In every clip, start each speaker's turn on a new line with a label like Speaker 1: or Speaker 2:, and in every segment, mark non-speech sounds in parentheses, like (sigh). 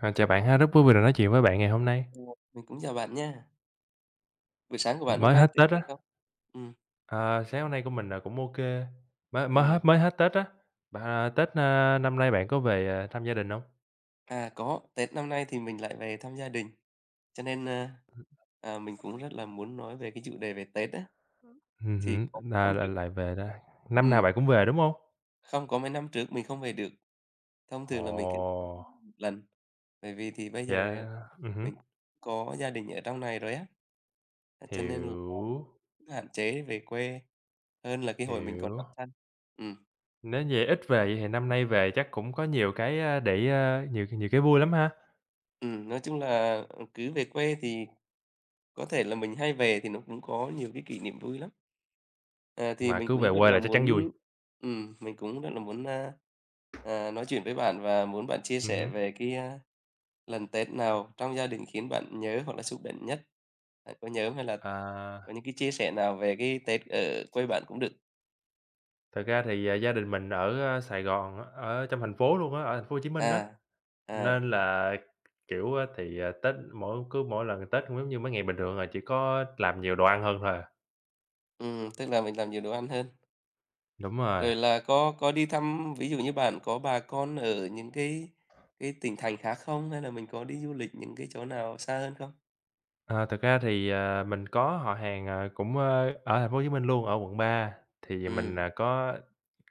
Speaker 1: À, chào bạn ha, rất vui vì được nói chuyện với bạn ngày hôm nay.
Speaker 2: Ờ, mình cũng chào bạn nha. Buổi sáng của bạn hôm
Speaker 1: Mới
Speaker 2: nay
Speaker 1: hết
Speaker 2: tuyệt
Speaker 1: Tết
Speaker 2: vời
Speaker 1: á,
Speaker 2: không? Ừ.
Speaker 1: ờ, sáng hôm nay của mình là cũng ô kê, mới
Speaker 2: Ừ.
Speaker 1: mới hết Tết á. Bạn, Tết, năm nay bạn có về, thăm gia đình không?
Speaker 2: À, có, Tết năm nay thì mình lại về thăm gia đình, cho nên, mình cũng rất là muốn nói về cái chủ đề về Tết á. Thì
Speaker 1: Hứm,
Speaker 2: có mấy
Speaker 1: là
Speaker 2: năm
Speaker 1: là
Speaker 2: trước
Speaker 1: lại về đó.
Speaker 2: ừ
Speaker 1: Năm nào bạn cũng về, đúng không?
Speaker 2: Không, có mấy năm trước mình không về được, thông thường là mình cứ
Speaker 1: Ồ,
Speaker 2: một lần, bởi vì thì bây giờ
Speaker 1: dạ, hứm,
Speaker 2: mình có gia đình ở trong này rồi á, cho nên là
Speaker 1: hiểu,
Speaker 2: hạn chế về quê hơn là cái hồi mình còn
Speaker 1: hiểu.
Speaker 2: độc thân. Ừ.
Speaker 1: Nếu vậy ít về vậy thì năm nay về chắc cũng có nhiều cái, để, nhiều nhiều cái vui lắm ha?
Speaker 2: Ừ. Nói chung là, cứ về quê thì có thể là mình hay về thì nó cũng có nhiều cái kỷ niệm vui lắm. À, thì
Speaker 1: Mà
Speaker 2: mình
Speaker 1: cứ
Speaker 2: cũng
Speaker 1: về
Speaker 2: rất
Speaker 1: quê
Speaker 2: là
Speaker 1: là chắc chắn vui.
Speaker 2: muốn Mình cũng rất là muốn, nói chuyện với bạn và muốn bạn chia sẻ
Speaker 1: Hứm,
Speaker 2: về cái, lần Tết nào trong gia đình khiến bạn nhớ hoặc là xúc động nhất? Bạn có nhớ hay là có
Speaker 1: à.
Speaker 2: những cái chia sẻ nào về cái Tết ở quê bạn cũng được.
Speaker 1: Thật ra thì, gia đình mình ở, Sài Gòn ở trong thành phố luôn á, ở thành phố Hồ Chí Minh á,
Speaker 2: À, à,
Speaker 1: nên là, kiểu, á, thì, Tết cứ mỗi lần Tết cũng giống như mấy ngày bình thường à, chỉ có làm nhiều đồ ăn hơn thôi à.
Speaker 2: tức là mình làm nhiều đồ ăn hơn.
Speaker 1: Đúng rồi.
Speaker 2: Rồi là có đi thăm, ví dụ như bạn có bà con ở những cái tỉnh thành khác không? Hay là mình có đi du lịch những cái chỗ nào xa hơn không?
Speaker 1: Ờ, thực ra thì, mình có họ hàng, cũng, ở thành phố Hồ Chí Minh luôn, ở quận 3 thì mình,
Speaker 2: Ừm,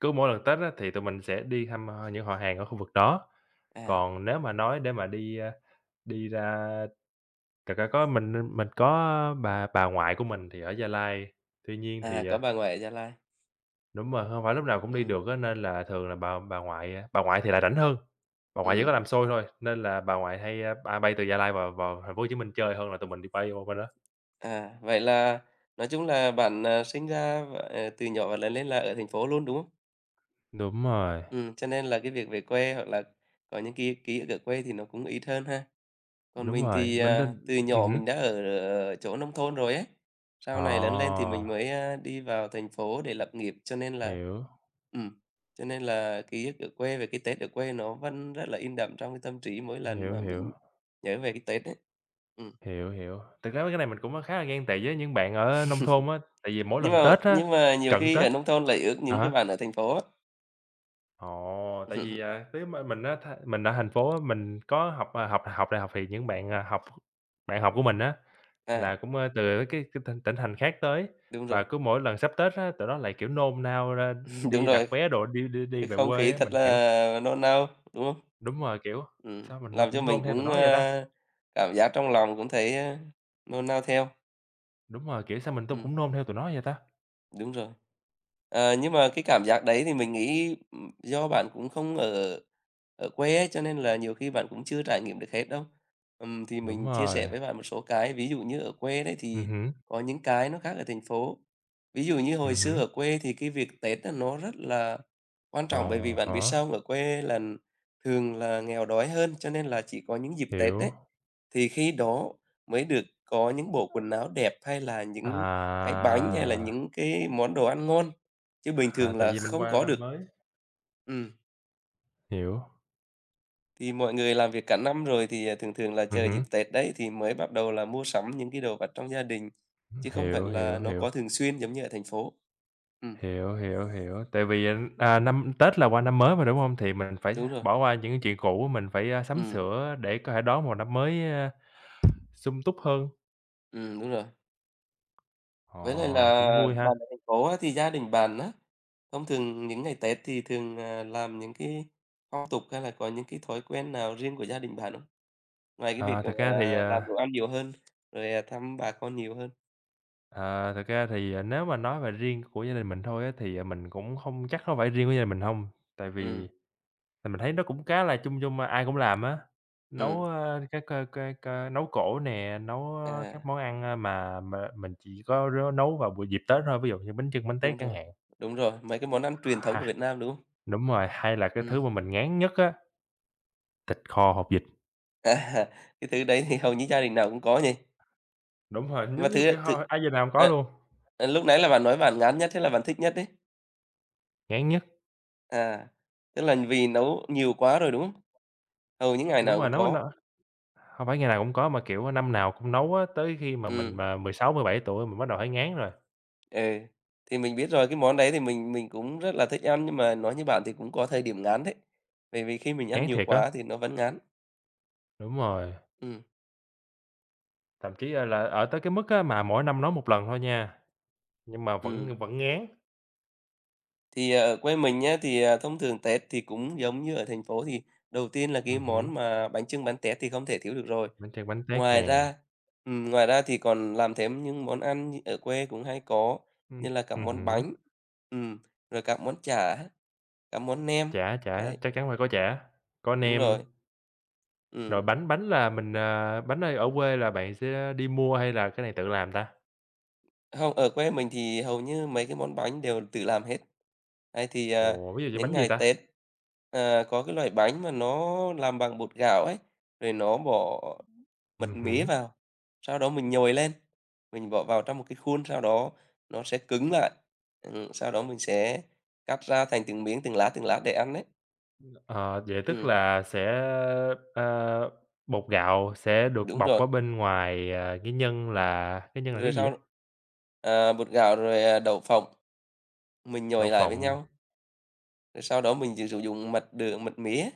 Speaker 1: cứ mỗi lần Tết á, thì tụi mình sẽ đi thăm, những họ hàng ở khu vực đó.
Speaker 2: à,
Speaker 1: Còn nếu mà nói để mà đi, đi ra thật ra mình có bà ngoại của mình thì ở Gia Lai, tuy nhiên
Speaker 2: à,
Speaker 1: thì,
Speaker 2: có bà ngoại ở Gia Lai.
Speaker 1: đúng rồi, hông phải lúc nào cũng đi
Speaker 2: Ừm,
Speaker 1: được á, nên là thường là bà ngoại, bà ngoại thì lại rảnh hơn, bà ngoại chỉ
Speaker 2: ừm,
Speaker 1: có làm xôi thôi, nên là bà ngoại hay, bay từ Gia Lai vào vào Thành phố Hồ Chí Minh chơi hơn là tụi mình đi bay qua bên đó.
Speaker 2: vậy là nói chung là bạn, sinh ra từ nhỏ và lớn lên là ở thành phố luôn, đúng không?
Speaker 1: Đúng rồi,
Speaker 2: Cho nên là cái việc về quê hoặc là có những ký ký ức ở quê thì nó cũng ít hơn ha. Còn
Speaker 1: đúng
Speaker 2: mình
Speaker 1: rồi,
Speaker 2: thì,
Speaker 1: mình nên
Speaker 2: từ nhỏ
Speaker 1: hứm.
Speaker 2: mình đã ở ở chỗ nông thôn rồi ấy,
Speaker 1: Ờ,
Speaker 2: sau này lớn lên thì mình mới, đi vào thành phố để lập nghiệp,
Speaker 1: hiểu,
Speaker 2: ừm, cho nên là ký ức ở quê về cái Tết ở quê nó vẫn rất là in đậm trong cái tâm trí mỗi lần
Speaker 1: hiểu,
Speaker 2: mà
Speaker 1: hiểu,
Speaker 2: mình nhớ về cái Tết ấy. Ừm,
Speaker 1: hiểu, hiểu. Thực ra mấy cái này mình cũng, khá là ghen tị với những bạn ở nông thôn á, tại vì mỗi
Speaker 2: nhưng mà
Speaker 1: lần Tết á
Speaker 2: nhưng mà nhiều
Speaker 1: cận
Speaker 2: khi ở
Speaker 1: Tết
Speaker 2: nông thôn lại ước
Speaker 1: à
Speaker 2: những cái
Speaker 1: há.
Speaker 2: bạn ở thành phố á.
Speaker 1: Ồ, tại vì,
Speaker 2: (laughs)
Speaker 1: nếu mà mình á, mình ở thành phố á, mình có học, học đại học thì những bạn, bạn học của mình á,
Speaker 2: À,
Speaker 1: là cũng, từ cái tỉnh tỉnh thành khác tới,
Speaker 2: đúng rồi,
Speaker 1: và cứ mỗi lần sắp Tết á, tụi nó lại, kiểu, nôn nao ra
Speaker 2: (laughs) đúng
Speaker 1: đi đặt
Speaker 2: rồi,
Speaker 1: vé đồ đi đi đi
Speaker 2: cái
Speaker 1: về
Speaker 2: không
Speaker 1: quê
Speaker 2: khí
Speaker 1: á.
Speaker 2: thật
Speaker 1: Mình, kiểu
Speaker 2: là nôn nao, đúng không?
Speaker 1: đúng rồi, kiểu,
Speaker 2: Ừm,
Speaker 1: sao mình
Speaker 2: làm cho
Speaker 1: cũng
Speaker 2: mình
Speaker 1: nôn theo tụi
Speaker 2: cũng,
Speaker 1: nó vậy ta?
Speaker 2: a, cảm giác trong lòng cũng thấy, nôn nao theo.
Speaker 1: Đúng rồi, kiểu, sao
Speaker 2: Ừ.
Speaker 1: tôi cũng nôn theo tụi nó vậy ta?
Speaker 2: Đúng rồi. Nhưng mà cái cảm giác đấy thì mình nghĩ, do bạn cũng không ở ở quê ấy, cho nên là nhiều khi bạn cũng chưa trải nghiệm được hết đâu. Thì
Speaker 1: Đúng
Speaker 2: mình chia sẻ
Speaker 1: rồi,
Speaker 2: với bạn một số cái, ví dụ như ở quê đấy thì
Speaker 1: hứm,
Speaker 2: có những cái nó khác ở thành phố. Ví dụ như hồi xưa
Speaker 1: hứm,
Speaker 2: ở quê thì cái việc Tết á, nó rất là quan
Speaker 1: ờ
Speaker 2: trọng, bởi vì bạn biết
Speaker 1: há,
Speaker 2: sao không? Ở quê là thường là nghèo đói hơn, cho nên là chỉ có những dịp Tết đấy,
Speaker 1: hiểu.
Speaker 2: thì khi đó mới được có những bộ quần áo đẹp, hay là những cái
Speaker 1: À,
Speaker 2: bánh, hay là những cái món đồ ăn ngon. Chứ bình
Speaker 1: à,
Speaker 2: thường
Speaker 1: tại
Speaker 2: là
Speaker 1: vì mình
Speaker 2: không
Speaker 1: qua
Speaker 2: có được.
Speaker 1: năm mới,
Speaker 2: Ừm.
Speaker 1: hiểu,
Speaker 2: Thì mọi người làm việc cả năm rồi thì, thường thường là chờ dịp
Speaker 1: hứm.
Speaker 2: Tết đấy thì mới bắt đầu là mua sắm những cái đồ vật trong gia đình, chứ không phải
Speaker 1: Hiểu,
Speaker 2: là
Speaker 1: hiểu,
Speaker 2: nó
Speaker 1: hiểu,
Speaker 2: có thường xuyên giống như ở thành phố. Ừm,
Speaker 1: hiểu, hiểu, hiểu. Tại vì, năm Tết là qua năm mới mà, đúng hông? Thì mình phải
Speaker 2: đúng rồi.
Speaker 1: bỏ qua những cái chuyện cũ, mình phải, sắm
Speaker 2: Ừm,
Speaker 1: sửa để có thể đón một năm mới, sum túc hơn.
Speaker 2: đúng rồi. Với lại là
Speaker 1: Ồ, cũng vui ha.
Speaker 2: bạn ở thành phố á, thì gia đình bạn á, thông thường những ngày Tết thì thường, làm những cái phong tục hay là có những cái thói quen nào riêng của gia đình bạn không? Ngoài cái việc,
Speaker 1: À, thực ra thì,
Speaker 2: à, làm đồ
Speaker 1: à,
Speaker 2: ăn nhiều hơn, rồi, thăm bà con nhiều hơn.
Speaker 1: thực ra thì, nếu mà nói về riêng của gia đình mình thôi á, thì, mình cũng không chắc có phải riêng của gia đình mình hông, tại
Speaker 2: Ừm.
Speaker 1: vì thì mình thấy nó cũng khá là chung chung, ai cũng làm á,
Speaker 2: Ừm.
Speaker 1: nấu, các, cái nấu cỗ nè, nấu, các
Speaker 2: À.
Speaker 1: món ăn, mà mình chỉ có rớ nấu vào buổi dịp Tết thôi, ví dụ như bánh chưng, bánh tét
Speaker 2: Đúng
Speaker 1: chẳng
Speaker 2: rồi,
Speaker 1: hạn.
Speaker 2: đúng rồi, mấy cái món ăn truyền thống của
Speaker 1: Ha
Speaker 2: Việt Nam, đúng không?
Speaker 1: đúng rồi, hay là cái
Speaker 2: Ừm.
Speaker 1: thứ mà mình ngán nhất á, thịt kho hột vịt.
Speaker 2: (laughs) À, cái thứ đấy thì hầu như gia đình nào cũng có nhỉ?
Speaker 1: Đúng rồi,
Speaker 2: Mà
Speaker 1: giống
Speaker 2: thứ
Speaker 1: như, kiểu,
Speaker 2: thứ
Speaker 1: hồi ai giờ nào hông có
Speaker 2: à,
Speaker 1: luôn,
Speaker 2: à, lúc nãy là bạn nói bạn ngán nhất, thế là bạn thích nhất đấy.
Speaker 1: ngán nhất.
Speaker 2: À, tức là vì nấu nhiều quá rồi, đúng không? Hầu những ngày
Speaker 1: Đúng
Speaker 2: nào
Speaker 1: rồi,
Speaker 2: cũng
Speaker 1: nấu n
Speaker 2: có.
Speaker 1: hông phải ngày nào cũng có mà, kiểu, năm nào cũng nấu á, tới khi mà mình
Speaker 2: Ừm,
Speaker 1: 16, 17 tuổi mình bắt đầu thấy ngán rồi,
Speaker 2: ừ, thì mình biết rồi, cái món đấy thì mình cũng rất là thích ăn, nhưng mà nói như bạn thì cũng có thời điểm ngán đấy, bởi vì khi mình ăn
Speaker 1: ngán
Speaker 2: nhiều
Speaker 1: thiệt á.
Speaker 2: quá thì nó vẫn ngán.
Speaker 1: Đúng rồi,
Speaker 2: Ừ.
Speaker 1: thậm chí, là ở tới cái mức á mà mỗi năm nấu một lần thôi nha. Nhưng mà vẫn
Speaker 2: Ừ.
Speaker 1: vẫn ngán.
Speaker 2: Thì, ở quê mình nhá, thì, thông thường Tết thì cũng giống như ở thành phố, thì đầu tiên là cái
Speaker 1: Hứm,
Speaker 2: món mà bánh chưng bánh tét thì không thể thiếu được rồi.
Speaker 1: bánh tráng bánh tét
Speaker 2: Ngoài
Speaker 1: nè,
Speaker 2: ra ngoài ra thì còn làm thêm những món ăn như ở quê cũng hay có,
Speaker 1: ừm,
Speaker 2: như là các món
Speaker 1: hứm,
Speaker 2: bánh, ừm, rồi các món chả, các món nem.
Speaker 1: chả chả
Speaker 2: Đấy,
Speaker 1: chắc chắn phải có chả, có
Speaker 2: đúng rồi,
Speaker 1: nêm. Rồi
Speaker 2: ừm.
Speaker 1: bánh bánh là mình, bánh ở ở quê là bạn sẽ đi mua hay là cái này tự làm ta?
Speaker 2: Không, ở quê mình thì hầu như mấy cái món bánh đều tự làm hết. Đấy, thì,
Speaker 1: Ồ, ví dụ như
Speaker 2: những
Speaker 1: bánh gì
Speaker 2: ngày
Speaker 1: ta?
Speaker 2: Tết, có cái loại bánh mà nó làm bằng bột gạo ấy, rồi nó bỏ mật mía
Speaker 1: Hứm.
Speaker 2: vào, sau đó mình nhồi lên, mình bỏ vào trong một cái khuôn, sau đó nó sẽ cứng lại. Sau đó mình sẽ cắt ra thành từng miếng, từng lá để ăn đấy.
Speaker 1: Ờ, vậy tức
Speaker 2: Ừm,
Speaker 1: là sẽ, ờ, bột gạo sẽ được
Speaker 2: đúng
Speaker 1: bọc
Speaker 2: rồi.
Speaker 1: ở bên ngoài, cái nhân là
Speaker 2: Rồi
Speaker 1: cái gì á?
Speaker 2: sau bột gạo rồi, đậu phộng mình
Speaker 1: Đậu
Speaker 2: nhồi lại với
Speaker 1: phộng.
Speaker 2: nhau, rồi sau đó mình chỉ sử dụng mật đường, mật mía.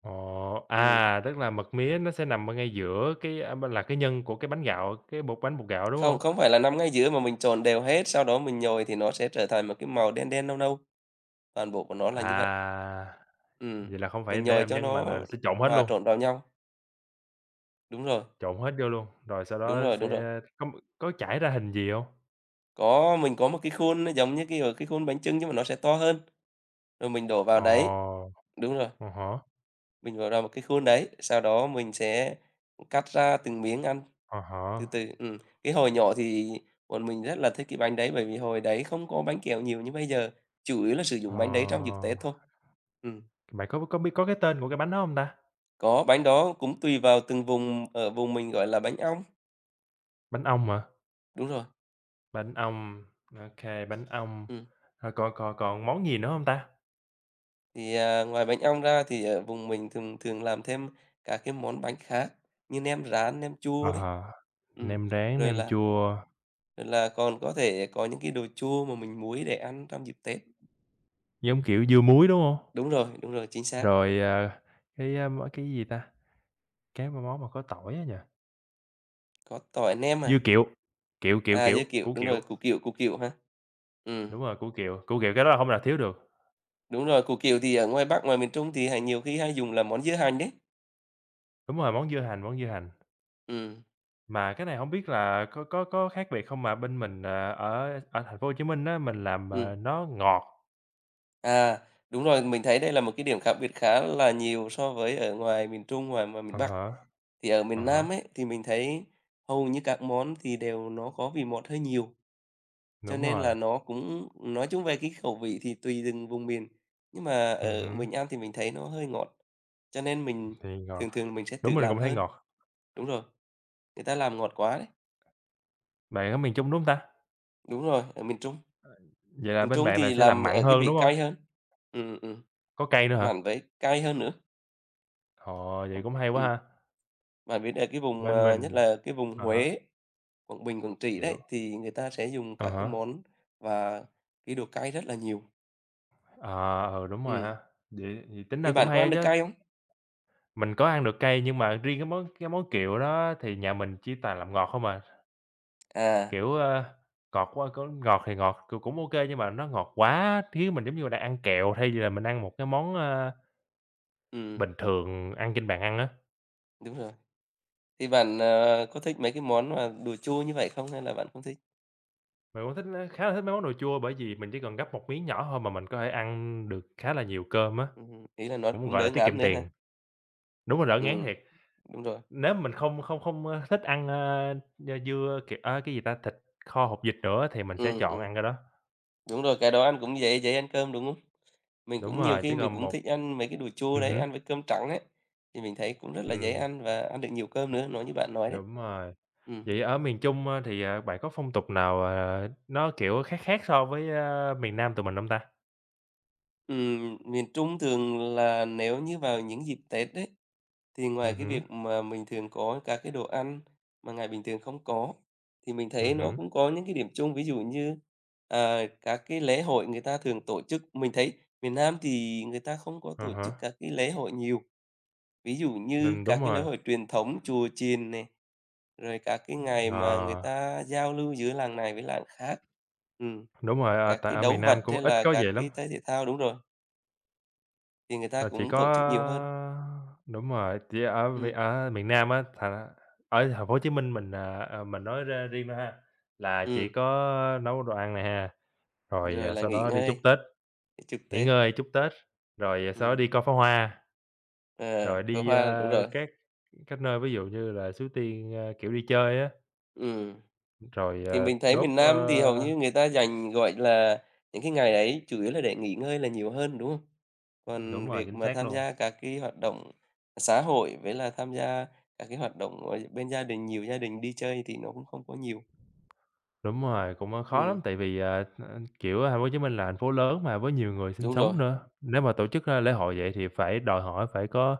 Speaker 1: Ồ,
Speaker 2: Ừm,
Speaker 1: tức là mật mía nó sẽ nằm ở ngay giữa cái, là cái nhân của cái bánh gạo, cái bột bánh bột gạo, đúng
Speaker 2: không
Speaker 1: không
Speaker 2: không phải là năm ngay giữa mà mình trộn đều hết, sau đó mình nhồi thì nó sẽ trở thành một cái màu đen đen, nâu nâu, toàn bộ của nó là như vậy.
Speaker 1: À,
Speaker 2: Ừm,
Speaker 1: vậy là không
Speaker 2: mình
Speaker 1: phải để
Speaker 2: nhồi
Speaker 1: làm
Speaker 2: cho
Speaker 1: nhân mà
Speaker 2: nó
Speaker 1: là sẽ trộn hết
Speaker 2: hòa
Speaker 1: luôn,
Speaker 2: trộn vào nhau. Đúng rồi,
Speaker 1: trộn hết vô luôn, rồi sau
Speaker 2: đúng
Speaker 1: đó
Speaker 2: rồi, đúng rồi.
Speaker 1: sẽ có chảy ra hình gì hông?
Speaker 2: Có, mình có một cái khuôn nó giống như cái khuôn bánh chưng nhưng mà nó sẽ to hơn, rồi mình đổ vào
Speaker 1: Ồ,
Speaker 2: đấy. Đúng rồi,
Speaker 1: à há,
Speaker 2: mình đổ vào một cái khuôn đấy, sau đó mình sẽ cắt ra từng miếng ăn
Speaker 1: à
Speaker 2: từ từ.
Speaker 1: há,
Speaker 2: Cái hồi nhỏ thì bọn mình rất là thích cái bánh đấy, bởi vì hồi đấy không có bánh kẹo nhiều như bây giờ, chủ yếu là sử
Speaker 1: ờ,
Speaker 2: dụng bánh đấy trong dịp Tết thôi. Ừm,
Speaker 1: bạn có biết có cái tên của cái bánh đó hông ta?
Speaker 2: có, bánh đó cũng tùy vào từng vùng, ở vùng mình gọi là bánh ong.
Speaker 1: Bánh ong hả?
Speaker 2: Đúng rồi,
Speaker 1: Bánh ong, ô kê, bánh ong,
Speaker 2: ừm,
Speaker 1: rồi còn còn còn món gì nữa hông ta?
Speaker 2: thì, ngoài bánh ong ra thì ở vùng mình thường thường làm thêm các cái món bánh khác như nem rán, nem
Speaker 1: À
Speaker 2: chua đấy.
Speaker 1: há,
Speaker 2: Ừm,
Speaker 1: nem rán,
Speaker 2: rồi
Speaker 1: nem
Speaker 2: là
Speaker 1: chua,
Speaker 2: rồi là còn có thể có những cái đồ chua mà mình muối để ăn trong dịp Tết.
Speaker 1: giống kiểu dưa muối, đúng hông?
Speaker 2: Đúng rồi, chính xác.
Speaker 1: Rồi, món cái gì ta? Cái mà món mà có tỏi á nhỉ?
Speaker 2: Có tỏi nem
Speaker 1: Dưa
Speaker 2: à?
Speaker 1: kiệu, kiệu, kiệu,
Speaker 2: À,
Speaker 1: kiệu,
Speaker 2: dưa kiệu,
Speaker 1: củ
Speaker 2: đúng rồi,
Speaker 1: kiệu,
Speaker 2: củ kiệu ha. ừ
Speaker 1: đúng rồi, củ kiệu cái đó là hông thể nào thiếu được.
Speaker 2: đúng rồi, củ kiệu thì ở ngoài Bắc, ngoài miền Trung thì hay nhiều khi hay dùng làm món dưa hành đấy.
Speaker 1: Đúng rồi, món dưa hành, món dưa hành.
Speaker 2: ừ
Speaker 1: Mà cái này hổng biết là có khác biệt không mà bên mình, ở ở thành phố Hồ Chí Minh á, mình làm,
Speaker 2: ừ
Speaker 1: nó ngọt.
Speaker 2: à, đúng rồi, mình thấy đây là một cái điểm khác biệt khá là nhiều so với ở ngoài miền Trung, ngoài ngoài miền
Speaker 1: À
Speaker 2: Bắc.
Speaker 1: há,
Speaker 2: Thì ở
Speaker 1: à
Speaker 2: miền Nam
Speaker 1: há,
Speaker 2: ấy, thì mình thấy hầu như các món thì đều nó có vị ngọt hơi nhiều. Cho
Speaker 1: đúng
Speaker 2: nên
Speaker 1: rồi,
Speaker 2: là nó cũng Nói chung về cái khẩu vị thì tùy từng vùng miền, nhưng mà ở
Speaker 1: hứm,
Speaker 2: mình ăn thì mình thấy nó hơi ngọt, cho nên mình
Speaker 1: thì ngọt.
Speaker 2: thường thường mình sẽ
Speaker 1: Đúng,
Speaker 2: tự
Speaker 1: mình
Speaker 2: làm
Speaker 1: cũng thấy
Speaker 2: hơn.
Speaker 1: ngọt.
Speaker 2: Đúng rồi, người ta làm ngọt quá đấy.
Speaker 1: Bạn ở miền Trung, đúng hông ta?
Speaker 2: Đúng rồi, ở
Speaker 1: Vậy là
Speaker 2: miền
Speaker 1: bên
Speaker 2: Trung
Speaker 1: bạn là
Speaker 2: thì
Speaker 1: sẽ làm
Speaker 2: làm
Speaker 1: mặn
Speaker 2: ở cái
Speaker 1: hơn,
Speaker 2: vị
Speaker 1: đúng hông?
Speaker 2: cay hơn. Ừm, ừm,
Speaker 1: Có cay nữa hả?
Speaker 2: mặn với cay hơn nữa.
Speaker 1: Ồ, vậy
Speaker 2: Ừm,
Speaker 1: cũng hay quá ha.
Speaker 2: bạn biết ở cái vùng
Speaker 1: Bên
Speaker 2: mà nhất
Speaker 1: mình
Speaker 2: là cái vùng
Speaker 1: à há,
Speaker 2: Huế, Quảng Bình, Quảng Trị đấy,
Speaker 1: hiểu,
Speaker 2: thì người ta sẽ dùng
Speaker 1: à
Speaker 2: các cái
Speaker 1: há.
Speaker 2: món và cái đồ cay rất là nhiều.
Speaker 1: Ờ, ừ, đúng rồi
Speaker 2: Ừm,
Speaker 1: ha. Vậy vậy tính
Speaker 2: thì
Speaker 1: ra cũng
Speaker 2: bạn có
Speaker 1: hay á
Speaker 2: ăn được
Speaker 1: chứ.
Speaker 2: cay không?
Speaker 1: Mình có ăn được cay nhưng mà riêng cái món kiệu đó thì nhà mình chỉ toàn làm ngọt không à,
Speaker 2: À,
Speaker 1: kiểu, ngọt quá có ngọt thì ngọt, cũng ok nhưng mà nó ngọt quá khiến mình giống như đang ăn kẹo thay vì là mình ăn một cái món,
Speaker 2: ừm,
Speaker 1: bình thường ăn trên bàn ăn á.
Speaker 2: đúng rồi. Thì bạn, có thích mấy cái món mà đồ chua như vậy không hay là bạn không thích?
Speaker 1: Mình cũng thích khá là thích mấy món đồ chua bởi vì mình chỉ cần gắp một miếng nhỏ thôi mà mình có thể ăn được khá là nhiều cơm á,
Speaker 2: Ý là nó
Speaker 1: cũng,
Speaker 2: cũng
Speaker 1: gọi là,
Speaker 2: đỡ
Speaker 1: tiết
Speaker 2: ngán
Speaker 1: kiệm
Speaker 2: nữa ha.
Speaker 1: tiền. Đúng là đỡ ngán
Speaker 2: Ừm,
Speaker 1: thiệt.
Speaker 2: đúng rồi.
Speaker 1: Nếu mình không không không, thích ăn, dưa, kiểu, cái gì ta, thịt kho hột vịt nữa thì mình sẽ
Speaker 2: Ừm,
Speaker 1: chọn
Speaker 2: ừm,
Speaker 1: ăn cái đó.
Speaker 2: đúng rồi, cái đó ăn cũng dễ dễ ăn cơm, đúng không? Mình
Speaker 1: Đúng
Speaker 2: cũng nhiều
Speaker 1: rồi, chỉ
Speaker 2: khi mình
Speaker 1: còn
Speaker 2: cũng
Speaker 1: một
Speaker 2: thích ăn mấy cái đồ chua đấy,
Speaker 1: hứm,
Speaker 2: ăn với cơm trắng ấy, thì mình thấy cũng rất là dễ
Speaker 1: ừm,
Speaker 2: ăn và ăn được nhiều cơm nữa, nói như bạn nói đấy.
Speaker 1: đúng rồi.
Speaker 2: Ừm,
Speaker 1: Vậy ở miền Trung, thì, bạn có phong tục nào, nó, kiểu, khác khác so với, miền Nam tụi mình hông ta?
Speaker 2: miền Trung thường là nếu như vào những dịp Tết đấy thì ngoài cái
Speaker 1: Hứm,
Speaker 2: việc mà mình thường có các cái đồ ăn mà ngày bình thường không có, thì mình thấy nó
Speaker 1: hứm,
Speaker 2: cũng có những cái điểm chung, ví dụ như, các cái lễ hội người ta thường tổ chức, mình thấy miền Nam thì người ta không có
Speaker 1: à
Speaker 2: tổ chức
Speaker 1: há,
Speaker 2: các cái lễ hội nhiều, ví dụ như
Speaker 1: nên
Speaker 2: các
Speaker 1: đúng
Speaker 2: cái lễ
Speaker 1: rồi,
Speaker 2: hội truyền thống chùa chiền này, rồi các cái ngày
Speaker 1: ờ,
Speaker 2: mà người ta giao lưu giữa làng này với làng khác. Ừm,
Speaker 1: đúng rồi,
Speaker 2: các
Speaker 1: tại
Speaker 2: cái
Speaker 1: ở
Speaker 2: đấu
Speaker 1: miền
Speaker 2: vật
Speaker 1: Nam cũng
Speaker 2: hay
Speaker 1: ít
Speaker 2: là
Speaker 1: có
Speaker 2: các
Speaker 1: vậy lắm.
Speaker 2: cái thể thể thao, đúng rồi, thì người ta
Speaker 1: Là chỉ
Speaker 2: cũng
Speaker 1: có
Speaker 2: tổ chức nhiều hơn.
Speaker 1: đúng rồi, chỉ
Speaker 2: Ừm.
Speaker 1: ở miền Nam á, thành ra ở thành phố Hồ Chí Minh mình, mình nói ra riêng thôi ha, là
Speaker 2: Ừm,
Speaker 1: chỉ có nấu đồ ăn này ha, rồi,
Speaker 2: rồi là
Speaker 1: sau
Speaker 2: nghỉ
Speaker 1: đó đi chúc
Speaker 2: ngơi
Speaker 1: Tết,
Speaker 2: để trực
Speaker 1: nghỉ
Speaker 2: Tết.
Speaker 1: ngơi chúc Tết, rồi, sau đó
Speaker 2: Ừm,
Speaker 1: đi coi pháo hoa,
Speaker 2: à,
Speaker 1: rồi
Speaker 2: pháo
Speaker 1: đi,
Speaker 2: hoa, đúng rồi.
Speaker 1: các nơi ví dụ như là Suối Tiên, kiểu, đi chơi á,
Speaker 2: Ừm,
Speaker 1: rồi,
Speaker 2: thì mình thấy
Speaker 1: đốt,
Speaker 2: miền
Speaker 1: ơ
Speaker 2: Nam thì hầu như người ta dành, gọi là, những cái ngày ấy chủ yếu là để nghỉ ngơi là nhiều hơn, đúng không?
Speaker 1: đúng
Speaker 2: Còn
Speaker 1: rồi,
Speaker 2: việc
Speaker 1: chính
Speaker 2: mà
Speaker 1: xác
Speaker 2: tham
Speaker 1: luôn.
Speaker 2: gia các cái hoạt động xã hội với là tham gia các cái hoạt động, bên gia đình, nhiều gia đình đi chơi thì nó cũng không có nhiều.
Speaker 1: Đúng rồi, cũng, khó
Speaker 2: Ừm,
Speaker 1: lắm tại vì, kiểu, Thành phố Hồ Chí Minh là thành phố lớn mà với nhiều người sinh
Speaker 2: đúng rồi.
Speaker 1: sống nữa. Nếu mà tổ chức, lễ hội vậy thì phải đòi hỏi phải có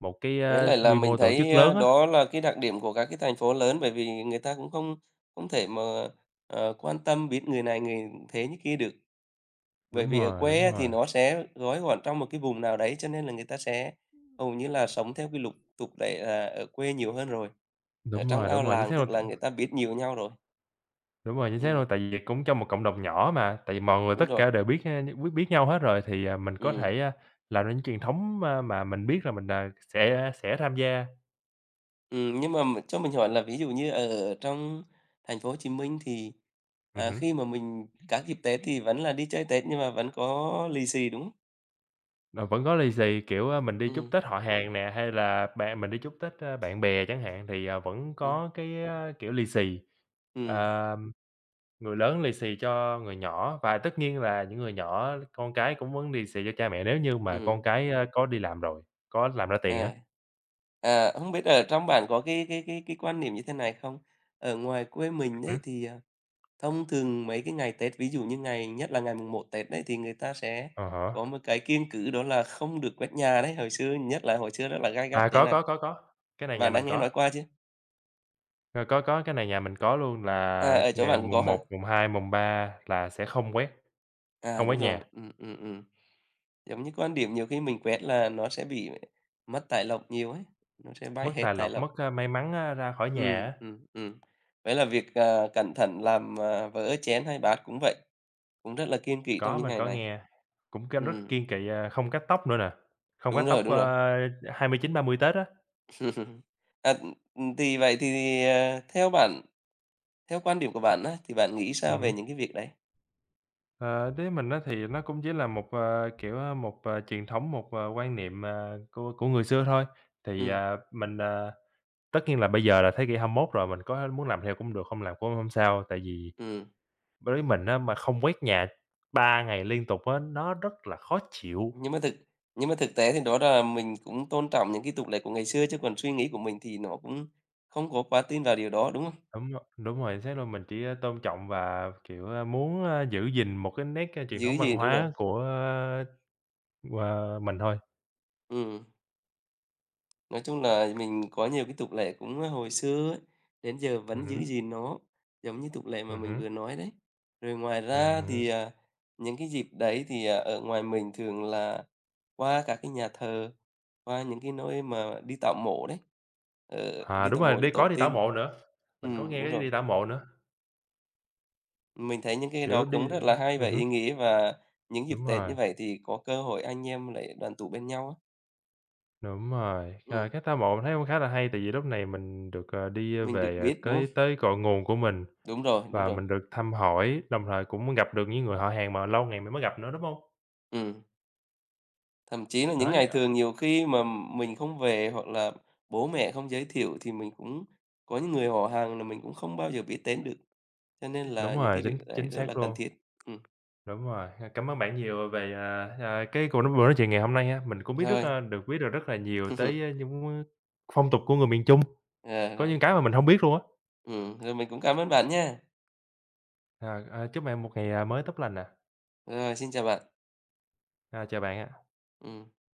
Speaker 1: một cái,
Speaker 2: Với lại là
Speaker 1: quy mô
Speaker 2: mình
Speaker 1: tổ chức
Speaker 2: thấy, a,
Speaker 1: lớn á.
Speaker 2: đó là cái đặc điểm của các cái thành phố lớn, bởi vì người ta cũng không không thể mà, quan tâm biết người này người thế, như kia được. Bởi
Speaker 1: Đúng
Speaker 2: vì ở
Speaker 1: rồi,
Speaker 2: quê
Speaker 1: đúng
Speaker 2: á, thì
Speaker 1: rồi,
Speaker 2: nó sẽ gói gọn trong một cái vùng nào đấy, cho nên là người ta sẽ hầu như là sống theo cái lục tục đấy là ở quê nhiều hơn rồi. Ở
Speaker 1: đúng
Speaker 2: trong
Speaker 1: rồi,
Speaker 2: ao
Speaker 1: đúng rồi, chính
Speaker 2: làng
Speaker 1: xác
Speaker 2: tức
Speaker 1: luôn,
Speaker 2: là người ta biết nhiều nhau rồi.
Speaker 1: đúng rồi, chính xác
Speaker 2: Ừm,
Speaker 1: luôn, tại vì cũng trong một cộng đồng nhỏ mà, tại vì mọi người
Speaker 2: đúng
Speaker 1: tất
Speaker 2: rồi.
Speaker 1: cả đều biết, biết nhau hết rồi thì, mình có
Speaker 2: Ừm,
Speaker 1: thể, làm ra những truyền thống, mà mình biết là mình, sẽ tham gia.
Speaker 2: nhưng mà m cho mình hỏi là ví dụ như ở trong thành phố Hồ Chí Minh thì, à, khi
Speaker 1: Hứm.
Speaker 2: mà mình các dịp Tết thì vẫn là đi chơi Tết nhưng mà vẫn có lì xì, đúng không?
Speaker 1: Ờ, vẫn có lì xì, kiểu, mình đi chúc
Speaker 2: Ừm,
Speaker 1: Tết họ hàng nè, hay là bạn mình đi chúc Tết, bạn bè chẳng hạn thì, vẫn
Speaker 2: ừm,
Speaker 1: có cái, kiểu, lì xì.
Speaker 2: ừm,
Speaker 1: Ờ, người lớn lì xì cho người nhỏ và tất nhiên là những người nhỏ con cái cũng vẫn lì xì cho cha mẹ nếu như mà con
Speaker 2: ừm.
Speaker 1: cái, có đi làm rồi, có làm ra tiền á.
Speaker 2: À. À, hông biết ở trong bạn có cái quan niệm như thế này không? Ở ngoài quê mình ấy
Speaker 1: Hứm,
Speaker 2: thì, thông thường mấy cái ngày Tết, ví dụ như ngày nhất là ngày mùng một Tết đấy, thì người ta sẽ
Speaker 1: à
Speaker 2: có
Speaker 1: há.
Speaker 2: một cái kiêng cữ đó là không được quét nhà đấy, hồi xưa nhất là hồi xưa rất là gay gắt
Speaker 1: À,
Speaker 2: thế này.
Speaker 1: có, cái này nhà
Speaker 2: Bạn đã
Speaker 1: mình
Speaker 2: nghe
Speaker 1: có,
Speaker 2: nói qua chưa?
Speaker 1: ờ, có cái này nhà mình có luôn
Speaker 2: À,
Speaker 1: là
Speaker 2: ở chỗ
Speaker 1: ngày
Speaker 2: bạn cũng có
Speaker 1: mùng
Speaker 2: hả?
Speaker 1: một mùng 2 mùng 3 là sẽ không quét,
Speaker 2: À,
Speaker 1: không quét
Speaker 2: đúng rồi,
Speaker 1: nhà,
Speaker 2: ừm. Giống như quan điểm nhiều khi mình quét là nó sẽ bị mất tài lộc nhiều ấy, nó sẽ bay
Speaker 1: mất
Speaker 2: hết
Speaker 1: tài
Speaker 2: tài
Speaker 1: lộc,
Speaker 2: lộc.
Speaker 1: mất, may mắn, ra khỏi nhà
Speaker 2: Ừ,
Speaker 1: á.
Speaker 2: ừ, ừ. Vậy là việc, cẩn thận làm, vỡ chén hay bát cũng vậy, cũng rất là kiêng kỵ trong
Speaker 1: Có,
Speaker 2: những
Speaker 1: mình
Speaker 2: ngày
Speaker 1: có
Speaker 2: này.
Speaker 1: nghe, cũng rất
Speaker 2: Ừ,
Speaker 1: kiêng kỵ, không cắt tóc nữa nè, không
Speaker 2: đúng
Speaker 1: cắt tóc,
Speaker 2: rồi, đúng rồi.
Speaker 1: 29, 30 Tết á.
Speaker 2: (laughs) À, thì vậy thì, à, theo bạn, theo quan điểm của bạn á, thì bạn nghĩ sao về
Speaker 1: Hứm.
Speaker 2: những cái việc đấy?
Speaker 1: Ờ, đối với mình á thì nó cũng chỉ là một, kiểu, một, truyền thống, một, quan niệm, của người xưa thôi. Thì,
Speaker 2: Ừ,
Speaker 1: mình, tất nhiên là bây giờ là thế kỷ 21 rồi, mình có muốn làm theo cũng được, không làm cũng hông sao. Tại vì
Speaker 2: ừ.
Speaker 1: đối với mình á mà không quét nhà 3 ngày liên tục á, nó rất là khó chịu.
Speaker 2: nhưng mà thực nhưng mà thực tế thì đó là mình cũng tôn trọng những cái tục lệ của ngày xưa, chứ còn suy nghĩ của mình thì nó cũng không có quá tin vào điều đó, đúng không?
Speaker 1: Đúng rồi, xác luôn, mình chỉ, tôn trọng và, kiểu, muốn, giữ gìn một cái nét, truyền
Speaker 2: Giữ
Speaker 1: thống văn
Speaker 2: gì, đúng rồi.
Speaker 1: hóa của mình thôi.
Speaker 2: Ừ. Nói chung là mình có nhiều cái tục lệ cũng, hồi xưa ấy, đến giờ
Speaker 1: Ừ,
Speaker 2: vẫn giữ
Speaker 1: hứm,
Speaker 2: gìn nó, giống như tục lệ mà
Speaker 1: ừ.
Speaker 2: mình
Speaker 1: Hứm,
Speaker 2: vừa nói đấy. Rồi ngoài ra
Speaker 1: hứm.
Speaker 2: thì, những cái dịp đấy thì, ở ngoài mình thường là qua các cái nhà thờ, qua những cái nơi mà đi tạo mộ đấy,
Speaker 1: À,
Speaker 2: đi
Speaker 1: đúng
Speaker 2: tạo
Speaker 1: rồi,
Speaker 2: mộ cho
Speaker 1: đi
Speaker 2: tổ
Speaker 1: đi tảo
Speaker 2: tiên.
Speaker 1: mộ nữa, mình có nghe
Speaker 2: Đúng
Speaker 1: cái
Speaker 2: rồi.
Speaker 1: đi tảo mộ nữa,
Speaker 2: Mình thấy những cái đó
Speaker 1: kiểu, đi
Speaker 2: cũng rất là hay
Speaker 1: Ừ,
Speaker 2: và ý
Speaker 1: hứm,
Speaker 2: nghĩa, và những dịp
Speaker 1: đúng
Speaker 2: Tết như
Speaker 1: rồi,
Speaker 2: vậy thì có cơ hội anh em lại đoàn tụ bên nhau á.
Speaker 1: đúng rồi.
Speaker 2: Ừm,
Speaker 1: Ờ, cái tảo mộ mình thấy cũng khá là hay, tại vì lúc này mình được, đi
Speaker 2: mình được
Speaker 1: về,
Speaker 2: biết, đúng không?
Speaker 1: tới cội nguồn của mình
Speaker 2: Đúng rồi, đúng
Speaker 1: và
Speaker 2: rồi.
Speaker 1: mình được thăm hỏi, đồng thời cũng gặp được những người họ hàng mà lâu ngày mình mới gặp nữa, đúng không?
Speaker 2: Ừm. Thậm chí là những
Speaker 1: Đấy,
Speaker 2: ngày thường nhiều khi mà mình không về hoặc là bố mẹ không giới thiệu thì mình cũng có những người họ hàng là mình cũng không bao giờ biết đến được, cho nên
Speaker 1: đúng
Speaker 2: là những
Speaker 1: rồi,
Speaker 2: cái việc
Speaker 1: chính
Speaker 2: đấy
Speaker 1: chính
Speaker 2: rất là
Speaker 1: xác
Speaker 2: cần
Speaker 1: luôn.
Speaker 2: thiết. Ừm,
Speaker 1: Đúng rồi, ha, cảm ơn bạn nhiều về, cái cuộc nói buổi nói chuyện ngày hôm nay ha. Mình cũng biết rất,
Speaker 2: rồi.
Speaker 1: a được biết được rất là nhiều tới,
Speaker 2: (laughs)
Speaker 1: những, phong tục của người miền Trung,
Speaker 2: Rồi,
Speaker 1: có
Speaker 2: rồi.
Speaker 1: những cái mà mình không biết luôn á.
Speaker 2: Rồi mình cũng cảm ơn bạn nha.
Speaker 1: À, chúc bạn một ngày, mới tốt lành nè.
Speaker 2: Rồi, xin chào bạn.
Speaker 1: À, chào bạn ạ.
Speaker 2: Ừm.